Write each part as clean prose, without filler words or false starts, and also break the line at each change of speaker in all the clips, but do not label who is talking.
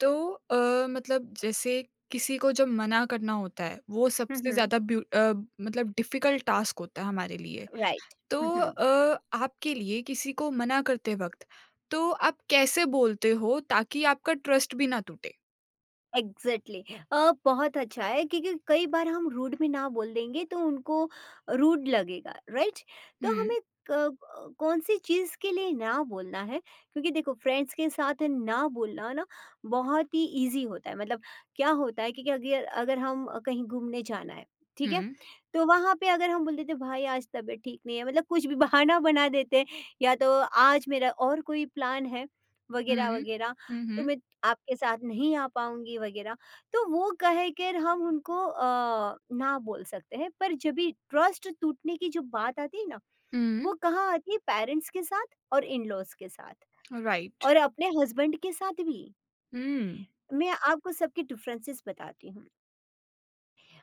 तो मतलब जैसे किसी को जब मना करना होता है वो
Uh
सबसे
huh.
ज़्यादा मतलब डिफ़िकल्ट टास्क होता है हमारे लिए।
Right.
तो
Uh huh.
आपके लिए किसी को मना करते वक़्त तो आप कैसे बोलते हो ताकि आपका ट्रस्ट भी ना टूटे?
एग्जैक्टली। बहुत अच्छा है क्योंकि कई बार हम रूड में ना बोल देंगे तो उनको रूड लगेगा, राइट। तो
हुँ,
हमें कौन सी चीज़ के लिए ना बोलना है, क्योंकि देखो फ्रेंड्स के साथ ना बोलना ना बहुत ही इजी होता है, मतलब क्या होता है क्योंकि अगर अगर हम कहीं घूमने जाना है ठीक है,
हुँ,
तो वहाँ पे अगर हम बोल देते भाई आज तबीयत ठीक नहीं है, मतलब कुछ भी बहाना बना देते, या तो आज मेरा और कोई प्लान है वगैरह
हुँ,
वगैरह,
हुँ,
तो
हुँ,
मैं आपके साथ नहीं आ पाऊँगी वगैरह, तो वो कह कर हम उनको ना बोल सकते हैं। पर जब भी ट्रस्ट टूटने की जो बात आती है ना,
हुँ,
वो कहाँ आती है, पेरेंट्स के साथ और इन-लॉज़ के साथ
राइट।
और अपने हस्बैंड के साथ भी।
हुँ,
मैं आपको सबके डिफरेंसेस बताती हूँ।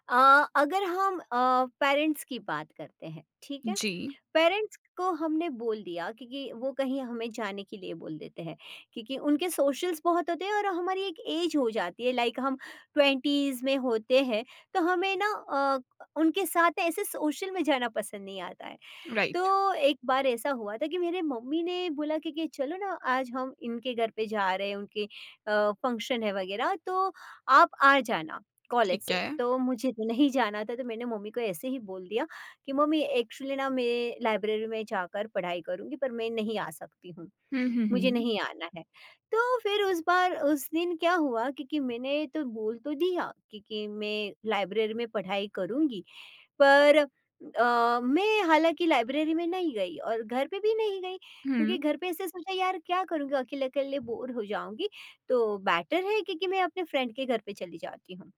अगर हम पेरेंट्स की बात करते हैं, ठीक है?
जी,
पेरेंट्स को हमने बोल दिया क्योंकि वो कहीं हमें जाने के लिए बोल देते हैं, क्योंकि उनके सोशल्स बहुत होते हैं और हमारी एक एज हो जाती है, लाइक हम ट्वेंटीज़ में होते हैं, तो हमें ना अ, उनके साथ ऐसे सोशल में जाना पसंद नहीं आता है।
राइट,
तो एक बार ऐसा हुआ था कि मेरे मम्मी ने बोला कि चलो ना आज हम इनके घर पे जा रहे हैं, उनके फंक्शन है वगैरह, तो आप आ जाना कॉलेज
ठीक
से।
है।
तो मुझे तो नहीं जाना था तो मैंने मम्मी को ऐसे ही बोल दिया कि मम्मी एक्चुअली ना मैं लाइब्रेरी में जाकर पढ़ाई करूंगी पर मैं नहीं आ सकती हूँ,
हुँ, हुँ,
मुझे
हुँ,
नहीं आना है। तो फिर उस बार उस दिन क्या हुआ, क्योंकि मैंने तो बोल तो दिया क्योंकि मैं लाइब्रेरी में पढ़ाई करूंगी, पर मैं हालाँकि लाइब्रेरी में नहीं गई और घर पे भी नहीं गई, क्योंकि
हुँ,
घर पे ऐसे सोचा यार क्या करूँगी अकेले-अकेले बोर हो जाऊँगी, तो बेटर है कि मैं अपने फ्रेंड के घर पे चली जाती हूँ।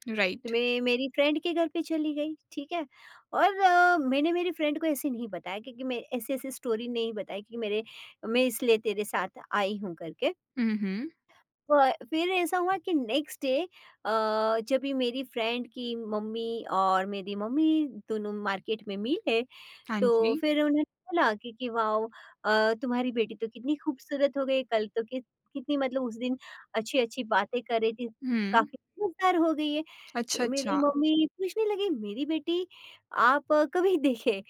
तो
राइट।
मैं मेरी फ्रेंड के घर पे चली गई, ठीक है? और मैंने मेरी फ्रेंड को ऐसे नहीं बताया, क्योंकि मैं ऐसी-ऐसी स्टोरी नहीं बताई कि मेरे मैं इसलिए तेरे साथ आई हूँ करके।
हुँ, हुँ,
फ फिर ऐसा हुआ कि नेक्स्ट डे अ, जब भी मेरी फ्रेंड की मम्मी और मेरी मम्मी दोनों मार्केट में मिले,
हाँ
तो
जी।
फिर उन्हें बोला कि वाओ! तुम्हारी बेटी तो कितनी खूबसूरत हो गई, कल तो कितनी, मतलब उस दिन अच्छी-अच्छी बातें कर रही थी,
हुँ,
काफ़ी समझदार हो गई है।
अच्छा,
तो मेरी
अच्छा।
मम्मी पूछने लगी, "मेरी बेटी आप कभी देखे?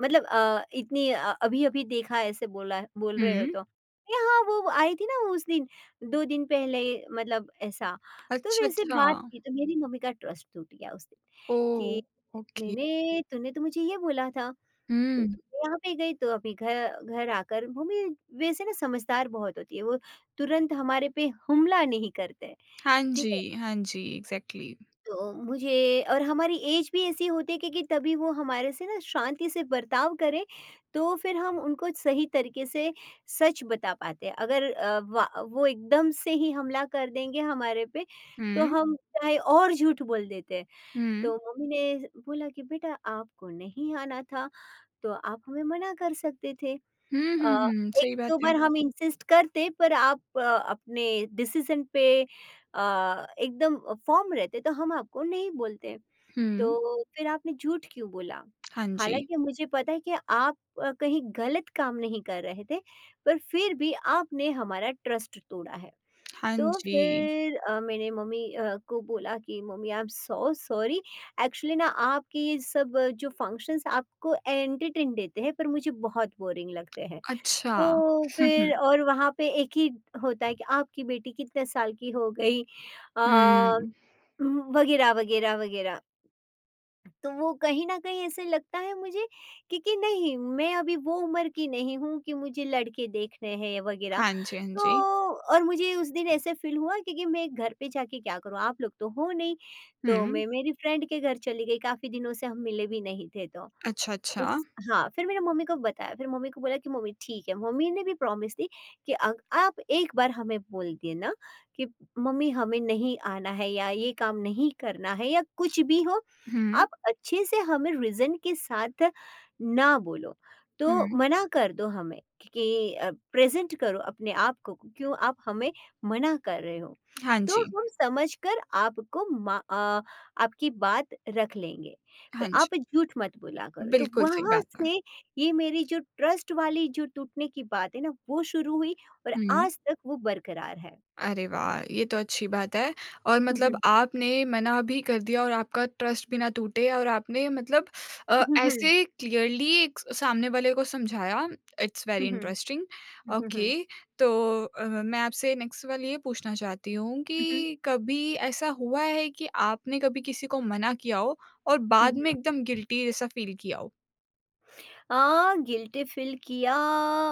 मतलब इतनी अभी-अभी देखा ऐसे बोला बोल रहे हो
हुँ,
तो।" अरे हाँ, वो आई थी ना उस दिन, 2 दिन पहले, मतलब ऐसा। तो
अच्छा,
वैसे
अच्छा।
बात की तो मेरी मम्मी का ट्रस्ट टूट गया उस दिन
ओह!
कि
ओके।
मैंने तूने तो मुझे ये बोला था। तो
हुँ।
तो यहाँ पे गई तो अपने घर घर आकर मम्मी वैसे ना समझदार बहुत होती है, वो तुरंत हमारे पे हमला नहीं करते हैं,
हाँ
ठीक है?
जी, हाँ जी, एग्ज़ैक्टली।
तो मुझे और हमारी ऐज भी ऐसी होती है क्योंकि तभी वो हमारे से ना शांति से बर्ताव करें, तो फिर हम उनको सही तरीके से सच बता पाते हैं। अगर अ, वा वो एकदम से ही हमला कर देंगे हमारे पे, तो
हुँ,
हम चाहे और झूठ बोल देते हैं।
हुँ।
तो मम्मी ने बोला कि बेटा आपको नहीं आना था, तो आप हमें मना कर सकते थे।
हुँ,
अ,
हुँ, हुँ,
एक
सही बात
दो
है।
बार हम इंसिस्ट करते पर आप अपने डिसीज़न पे एकदम फ़र्म रहते तो हम आपको नहीं बोलते। तो
हुँ,
फिर आपने झूठ क्यों बोला?
हाँ जी,
हालाँकि मुझे पता है कि आप कहीं गलत काम नहीं कर रहे थे, पर फिर भी आपने हमारा ट्रस्ट तोड़ा है।
हाँ
तो
जी।
फिर मैंने मम्मी को बोला कि मम्मी I am so sorry, actually ना आपके ये सब जो फ़ंक्शंस आपको एंटरटेन देते हैं पर मुझे बहुत बोरिंग लगते हैं।
अच्छा।
तो
हुँ,
फिर और वहाँ पे एक ही होता है कि आपकी बेटी कितने साल की हो गई अ,
हुँ, हुँ।
वगैरह, वगैरह, वगैरह। तो वो कहीं न कहीं ऐसे लगता है मुझे कि नहीं, मैं अभी वो उम्र की नहीं हूँ कि मुझे लड़के देखने हैं वगैरह।
हाँ जी, हाँ
तो
जी।
और मुझे उस दिन ऐसे फ़ील हुआ, क्योंकि मैं घर पे जाके क्या करूँ? आप लोग तो हो नहीं। तो
हुँ,
मैं मेरी फ्रेंड के घर चली गई, काफ़ी दिनों से हम मिले भी नहीं थे तो।
अच्छा,
उस
अच्छा।
हाँ, फिर मैंने मम्मी को बताया, फिर मम्मी को बोला कि मम्मी ठीक है। मम्मी ने भी प्रॉमिस दी कि अग आप एक बार हमें बोल देना कि मम्मी हमें नहीं आना है या ये काम नहीं करना है या कुछ भी हो,
हुँ,
आप अच्छे से हमें रीज़न के साथ ना बोलो। तो
हुँ।
मना कर दो हमें कि प्रेज़ेंट करो अपने आप को, क्यों आप हमें मना कर रहे हो?
हाँ
तो
जी,
हम समझकर आपको आपकी बात रख लेंगे। पर
हाँ जी।
आप झूठ मत बोला करो। तो
बिल्कुल सही
वहाँ
बात है।
से ये मेरी जो ट्रस्ट वाली जो टूटने की बात है ना वो शुरू हुई और
हुँ।
आज तक वो बरकरार है।
अरे वाह! ये तो अच्छी बात है और
हुँ,
मतलब
हुँ।
आपने मना भी कर दिया और आपका ट्रस्ट भी ना टूटे और आपने मतलब
हुँ, हुँ।
ऐसे क्लियरली एक सामने वाले को समझाया। इट्स वेरी
हुँ, हुँ।
इंटरेस्टिंग।
हुँ,
ओके,
हुँ।
तो मैं आपसे नेक्स्ट सवाल ये पूछना चाहती हूँ
हुँ, हुँ।
कि कभी ऐसा हुआ है कि आपने कभी किसी को मना किया हो और
हुँ,
बाद में
हुँ।
एकदम गिल्टी जैसा फ़ील किया हो?
गिल्टी फ़ील किया,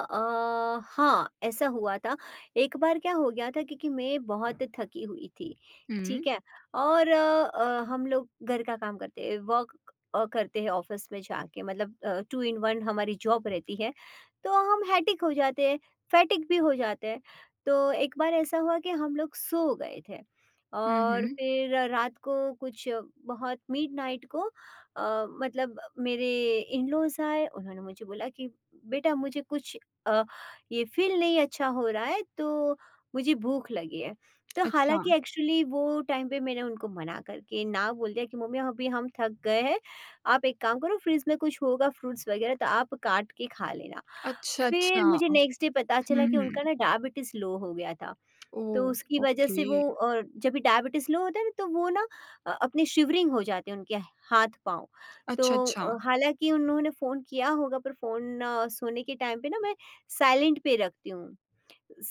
हाँ, ऐसा हुआ था। एक बार क्या हो गया था क्योंकि मैं बहुत थकी हुई थी,
हुँ।
ठीक है? और हम लोग घर का काम करते हैं, वर्क करते हैं ऑफ़िस में जाके, मतलब टू इन वन हमारी जॉब रहती है, तो हम हेडेक हो जाते हैं, फैटिग भी हो जाते हैं। तो एक बार ऐसा हुआ कि हम लोग सो गए थे
हुँ,
और
हुँ।
फिर रात को कुछ बहुत मिडनाइट को मतलब मेरे इन-लॉज़ आए, उन्होंने मुझे बोला कि बेटा मुझे कुछ अ, ये फ़ील नहीं अच्छा हो रहा है, तो मुझे भूख लगी है। तो
अच्छा।
हालाँकि एक्चुअली वो टाइम पे मैंने उनको मना करके ना बोल दिया कि मम्मी अभी हम थक गए हैं, आप एक काम करो फ्रिज में कुछ होगा फ्रूट्स वगैरह तो आप काट के खा लेना।
अच्छा,
फिर
अच्छा।
मुझे नेक्स्ट डे पता चला
हुँ,
कि उनका ना
हुँ।
डायबिटीज़ लो हो गया था। तो
ओह!
उसकी वजह से
ओके।
वो। और जब भी डायबिटीज़ लो होता है ना तो वो ना अपनी शिवरिंग हो जाती है उनके हाथ-पाँव। तो
अच्छा, अच्छा।
हालाँकि उन्होंने फ़ोन किया होगा पर फ़ोन सोने के टाइम पे ना मैं साइलेंट पे रखती हूँ,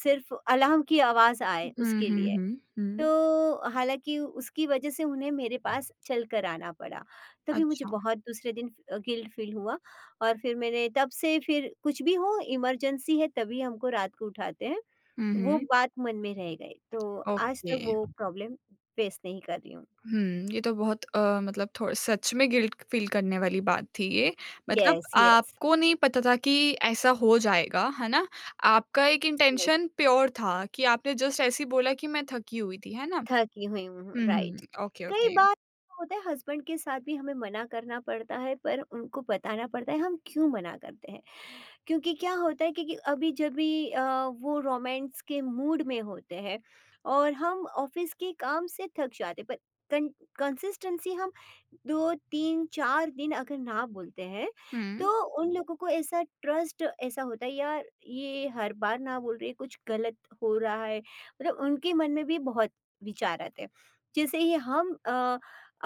सिर्फ़ अलार्म की आवाज़ आए
हुँ,
उसके
हुँ,
लिए।
हुँ, हुँ।
तो हालाँकि उसकी वज़ह से उन्हें मेरे पास चल कर आना पड़ा, तभी मुझे
अच्छा।
बहुत दूसरे दिन गिल्ट फ़ील हुआ और फिर मैंने तब से फिर कुछ भी हो इमरजेंसी है तभी हमको रात को उठाते हैं,
हुँ,
वो
हुँ,
बात मन में रह गई। तो आज
ओके।
तक वो प्रॉब्लम फ़ेस नहीं कर रही हूँ।
हुँ, ये तो बहुत मतलब थो सच में गिल्ट फ़ील करने वाली बात थी ये। मतलब
येस, येस,
आपको नहीं पता था कि ऐसा हो जाएगा, है ना? आपका एक
येस।
इंटेंशन प्योर था कि आपने जस्ट ऐसे ही बोला कि मैं थकी हुई थी, है ना?
थकी हुई हूँ,
हुँ, हुँ,
राइट।
ओके,
कई
ओके।
बार ऐसा होता है हस्बैंड के साथ भी हमें मना करना पड़ता है, पर उनको बताना पड़ता है हम क्यों मना करते हैं। क्योंकि क्या होता है क्योंकि अभी जब भी वो रोमांस के मूड में होते हैं और हम ऑफिस के काम से थक जाते हैं, पर कंसिस्टेंसी हम दो तीन चार दिन अगर ना बोलते हैं, तो
हुँ,
उन लोगों को ऐसा ट्रस्ट ऐसा होता है यार ये हर बार ना बोल रही है, कुछ गलत हो रहा है, मतलब उनके मन में भी बहुत विचार आते हैं। जैसे ही हम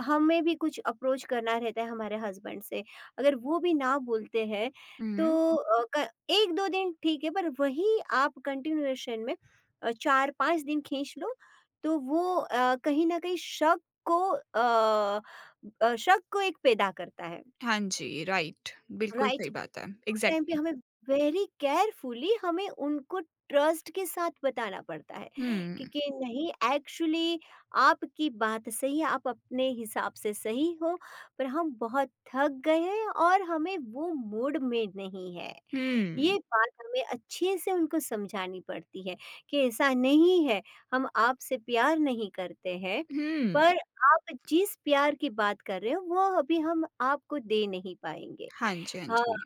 हमें भी कुछ अप्रोच करना रहता है हमारे हस्बैंड से, अगर वो भी ना बोलते हैं, तो
हुँ।
अ, क 1-2 दिन ठीक है, पर वही आप कंटिन्यूएशन में 4-5 दिन खींच लो, तो वो कहीं न कहीं को अ शक को एक पैदा करता है,
हाँ जी, राइट। बिल्कुल
राइट?
सही बात है,
उस टाइम पे
एग्ज़ैक्टली।
हमें वेरी केयरफुली हमें उनको ट्रस्ट के साथ बताना पड़ता है,
हुँ,
क्योंकि नहीं एक्चुअली आपकी बात सही है, आप अपने हिसाब से सही हो, पर हम बहुत थक गए हैं और हमें वो मूड में नहीं है। ये
हुँ,
बात हमें अच्छे से उनको समझानी पड़ती है कि ऐसा नहीं है, हम आपसे प्यार नहीं करते हैं,
हुँ।
पर आप जिस प्यार की बात कर रहे हो वो अभी हम आपको दे नहीं पाएँगे।
हाँ जी, हाँ
हाँ,
जी।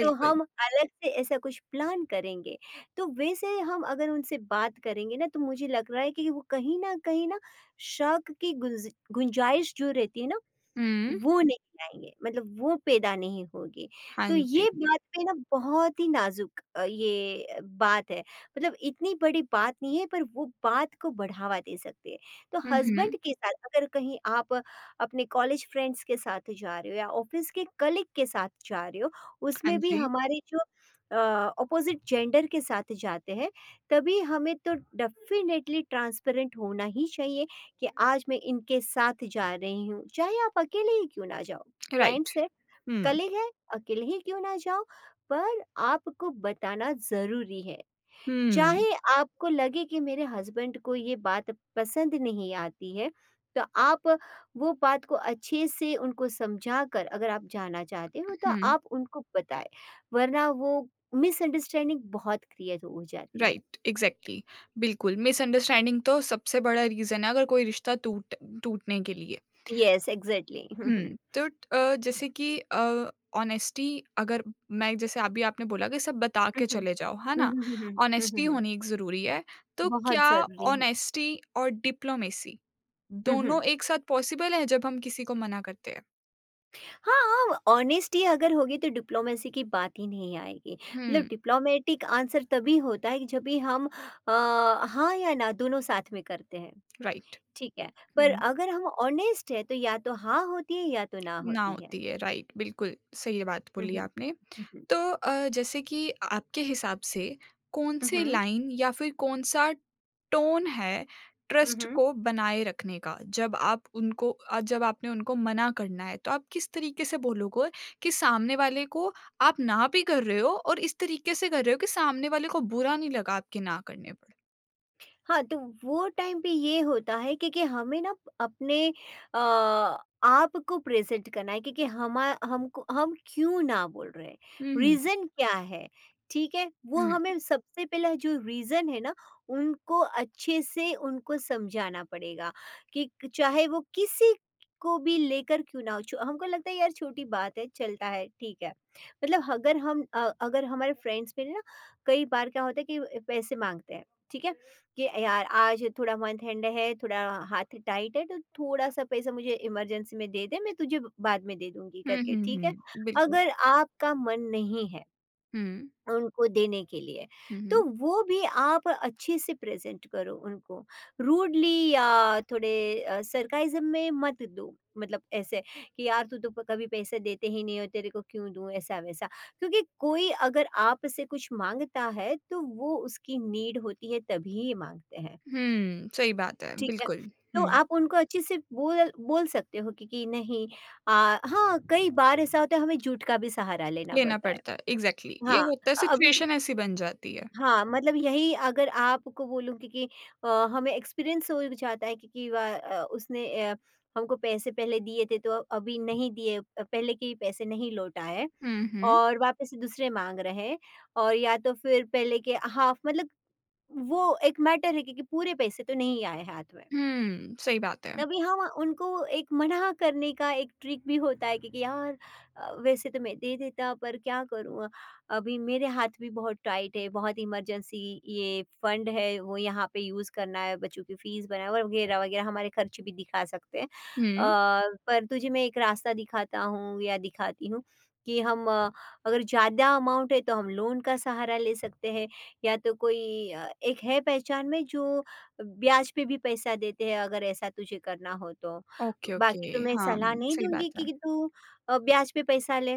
तो हम अलग से ऐसा कुछ प्लान करेंगे। तो वैसे हम अगर उनसे बात करेंगे ना तो मुझे लग रहा है कि वो कहीं न कहीं ना शक की गुंजाइश जो रहती है ना
हुँ,
वो नहीं लाएँगे, मतलब वो पैदा नहीं होगी।
हाँ
तो
जी।
ये बात पे ना बहुत ही नाज़ुक ये बात है। मतलब इतनी बड़ी बात नहीं है पर वो बात को बढ़ावा दे सकती है। तो
हुँ,
हस्बैंड
हुँ।
के साथ अगर कहीं आप अपने कॉलेज फ्रेंड्स के साथ जा रहे हो या ऑफ़िस के कलीग के साथ जा रहे हो,
हाँ
उसमें भी
जी,
हमारे जो अ, अपोज़िट जेंडर के साथ जाते हैं, तभी हमें तो डेफ़िनेटली ट्रांसपेरेंट होना ही चाहिए कि आज मैं इनके साथ जा रही हूँ, चाहे आप अकेले ही क्यों ना जाओ।
राइट।
फ्रेंड्स है,
हुँ,
कलीग है, अकेले ही क्यों ना जाओ, पर आपको बताना ज़रूरी है।
हुँ,
चाहे आपको लगे कि मेरे हस्बैंड को ये बात पसंद नहीं आती है, तो आप वो बात को अच्छे से उनको समझाकर अगर आप जाना चाहते हो तो
हुँ,
आप उनको बताएँ, वरना वो मिसअंडरस्टैंडिंग बहुत क्रिएट हो जाती है।
राइट, एग्ज़ैक्टली, बिल्कुल, मिसअंडरस्टैंडिंग तो सबसे बड़ा रीज़न है अगर कोई रिश्ता टूटने के लिए।
Yes, exactly. हुँ, हुँ।
हुँ, तो जैसे कि ऑनेस्टी अगर मैं जैसे अभी आपने बोला कि सब बता
हुँ,
के
हुँ।
चले जाओ, है
हुँ,
ना?
हुँ, हुँ, हुँ। हुँ, हुँ,
ऑनेस्टी
हुँ।
होनी एक ज़रूरी है, तो
बहुत
क्या
ज़रूरी है।
ऑनेस्टी और डिप्लोमेसी
हुँ, हुँ।
दोनों एक साथ पॉसिबल है जब हम किसी को मना करते हैं?
हाँ, ऑनेस्टी अगर होगी तो डिप्लोमेसी की बात ही नहीं आएगी। मतलब
हुँ,
डिप्लोमेटिक आंसर तभी होता है कि जब भी हम अ, हाँ या ना दोनों साथ में करते हैं,
राइट,
ठीक है। पर
हुँ,
अगर हम ऑनेस्ट हैं तो या तो हाँ होती है या तो ना
ना
होती है।
होती है, राइट, बिल्कुल सही बात
हुँ,
बोली
हुँ।
आपने।
हुँ, हुँ।
तो जैसे कि आपके हिसाब से
हुँ,
कौन-सी
हुँ।
लाइन या फिर कौन-सा टोन है
हुँ,
ट्रस्ट
हुँ।
को बनाए रखने का? जब आप उनको जब आपने उनको मना करना है, तो आप किस तरीके से बोलोगे कि सामने वाले को आप ना भी कर रहे हो और इस तरीके से कर रहे हो कि सामने वाले को बुरा नहीं लगा आपके ना करने पर?
हाँ, तो वो टाइम पे ये होता है क्योंकि हमें ना अपने अ, आप को प्रेज़ेंट करना है क्योंकि हमा हमको हम क्यों ना बोल रहे हैं,
हुँ, हुँ।
रीज़न क्या है, ठीक है? वो
हुँ।
हमें सबसे पहला जो रीज़न है ना, उनको अच्छे से उनको समझाना पड़ेगा कि चाहे वो किसी को भी लेकर क्यों ना हो, छो हमको लगता है यार छोटी बात है, चलता है, ठीक है। मतलब अगर हम अगर हमारे फ्रेंड्स में ना कई बार क्या होता है कि पैसे माँगते हैं, ठीक है? कि यार आज थोड़ा मंथ एंड है थोड़ा हाथ टाइट है तो थोड़ा सा पैसा मुझे इमरजेंसी में दे दे मैं तुझे बाद में दे दूंगी
हुँ,
करके
हुँ,
ठीक है।
हुँ। बिल्कुल।
अगर आपका मन नहीं है
हुँ।
उनको देने के लिए
हुँ,
तो
हुँ।
वो भी आप अच्छे से प्रेजेंट करो उनको रूडली या थोड़े सरकाइजम में मत दो मतलब ऐसे कि यार कभी पैसे देते ही नहीं हो तेरे को क्यों दूं ऐसा वैसा। क्योंकि कोई अगर आपसे कुछ मांगता है तो वो उसकी नीड होती है तभी मांगते हैं,
हुँ, सही बात है,
ठीक है।
बिल्कुल।
तो
हुँ,
आप उनको अच्छे से बोल बोल सकते हो कि नहीं। अ, हाँ, कई बार ऐसा होता है हमें झूठ का भी सहारा लेना
लेना
पड़ता है।
पड़ता है। एग्ज़ैक्टली ये
हाँ,
होता है,
अभी
सिचुएशन ऐसी बन जाती है।
हाँ, मतलब यही अगर आपको बोलूँ कि हमें एक्सपीरियंस हो जाता है कि उसने हमको पैसे पहले दिए थे तो अभी नहीं दिए, पहले के ही पैसे नहीं लौटा है
हुँ, हुँ।
और वापस से दूसरे माँग रहे हैं और या तो फिर पहले के हाफ़ मतलब वो एक मैटर है कि पूरे पैसे तो नहीं आए हाथ में।
हुँ, सही बात है।
तभी हम उनको एक मना करने का एक ट्रिक भी होता है कि, यार वैसे तो मैं दे देता पर क्या करूँ? अभी मेरे हाथ भी बहुत टाइट है, बहुत इमरजेंसी ये फंड है वो यहाँ पे यूज़ करना है, बच्चों की फीस भरना है वगैरह, वगैरह हमारे खर्च भी दिखा सकते हैं।
हुँ,
पर तुझे मैं एक रास्ता दिखाता हूँ या दिखाती हूँ कि हम अगर ज़्यादा अमाउंट है तो हम लोन का सहारा ले सकते हैं या तो कोई एक है पहचान में जो ब्याज पे भी पैसा देते हैं अगर ऐसा तुझे करना हो तो।
Okay, okay.
बाकी तो मैं
हाँ,
सलाह नहीं
सही
दूँगी
बात है।
कि तू ब्याज पे पैसा ले,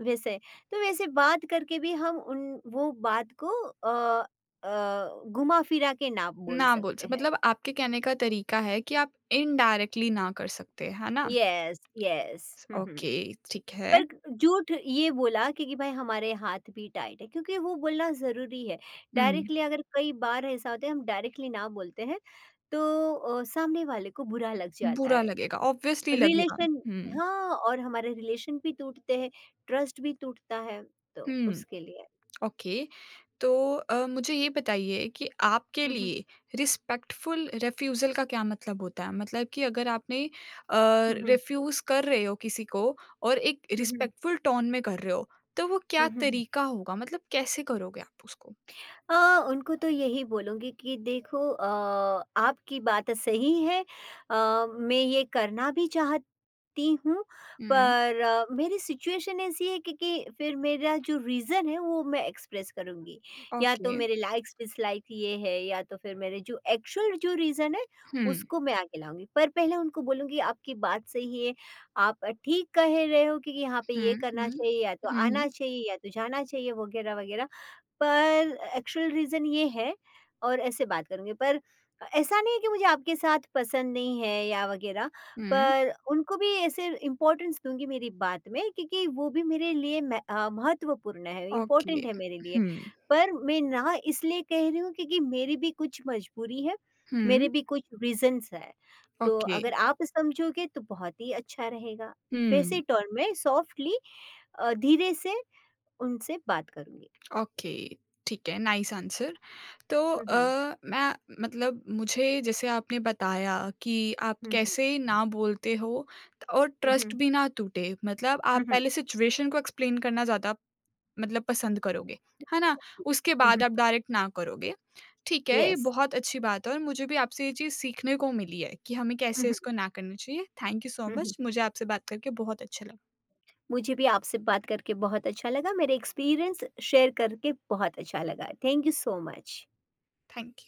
वैसे। तो वैसे बात करके भी हम उन वो बात को घुमा-फिरा के ना बोल
ना बोल स
सकते हैं।
मतलब आपके कहने का तरीका है कि आप इनडायरेक्टली ना कर सकते, है ना?
Yes, yes.
स
हुँ, हुँ।
ओके, ठीक है।
पर झूठ ये बोला कि भाई हमारे हाथ भी टाइट है क्योंकि वो बोलना ज़रूरी है।
हुँ,
डायरेक्टली अगर कई बार ऐसा होता है हम डायरेक्टली ना बोलते हैं तो सामने वाले को बुरा लग जाता
बुरा
है।
लगेगा, ऑब्वियसली लगेगा।
रिलेशन
हुँ,
हाँ और हमारे रिलेशन भी टूटते हैं, ट्रस्ट भी टूटता है, तो
हुँ।
उसके लिए।
ओके, तो मुझे ये बताइए कि आपके
हुँ, हुँ,
लिए रिस्पेक्टफुल रिफ्यूज़ल का क्या मतलब होता है? मतलब कि अगर आपने अ,
हुँ, हुँ,
रिफ्यूज़ कर रहे हो किसी को और एक
हुँ, हुँ,
रिस्पेक्टफुल टोन में कर रहे हो, तो वो क्या
हुँ, हुँ, हुँ।
तरीका होगा? मतलब कैसे करोगे आप उसको?
अ, उनको तो यही बोलूँगी कि देखो, आपकी बात सही है, मैं ये करना भी चाहती सकती हूँ,
हुँ,
पर मेरी सिचुएशन ऐसी है कि फिर मेरा जो रीज़न है वो मैं एक्सप्रेस करूँगी। या तो
ओके।
मेरे लाइक्स-डिसलाइक ये है या तो फिर मेरे जो एक्चुअल जो रीज़न है
हुँ,
उसको मैं आगे लाऊँगी। पर पहले उनको बोलूँगी आपकी बात सही है, आप ठीक कह रहे हो कि यहाँ पे ये
हुँ,
करना
हुँ।
चाहिए या तो
हुँ,
आना
हुँ,
चाहिए या तो जाना चाहिए वग़ैरह-वग़ैरह। पर एक्चुअल रीज़न ये है और ऐसे बात करूँगी पर ऐसा नहीं है कि मुझे आपके साथ पसंद नहीं है या वग़ैरह,
हुँ,
पर उनको भी ऐसे इम्पोर्टेंस दूँगी मेरी बात में क्योंकि वो भी मेरे लिए महत्वपूर्ण है,
ओके।
इम्पोर्टेंट है मेरे लिए।
हुँ,
पर मैं ना इसलिए कह रही हूँ क्योंकि मेरी भी कुछ मजबूरी है, मेरे
हुँ,
भी कुछ रीज़न्स हैं। तो
ओके।
अगर आप समझोगे तो बहुत ही अच्छा रहेगा। वैसे
हुँ,
टोन में सॉफ्टली धीरे से उनसे बात करूँगी।
ओके। ठीक है, नाइस आंसर। तो
हुँ, हुँ।
मैं मतलब मुझे जैसे आपने बताया कि आप
हुँ।
कैसे ना बोलते हो और
हुँ,
ट्रस्ट
हुँ,
भी ना टूटे, मतलब आप
हुँ,
पहले सिचुएशन को एक्सप्लेन करना ज़्यादा मतलब पसंद करोगे, है ना? उसके
हुँ,
बाद
हुँ,
आप डायरेक्ट ना करोगे। ठीक है, ये
यस।
बहुत अच्छी बात है और मुझे भी आपसे ये चीज़ सीखने को मिली है कि हमें
हुँ,
कैसे
हुँ,
इसको ना करना चाहिए। थैंक यू सो
हुँ, हुँ।
मच, मुझे आपसे बात करके बहुत अच्छा लगा।
मुझे भी आपसे बात करके बहुत अच्छा लगा। मेरे एक्सपीरियंस शेयर करके बहुत अच्छा लगा। Thank you so much.
Thank you.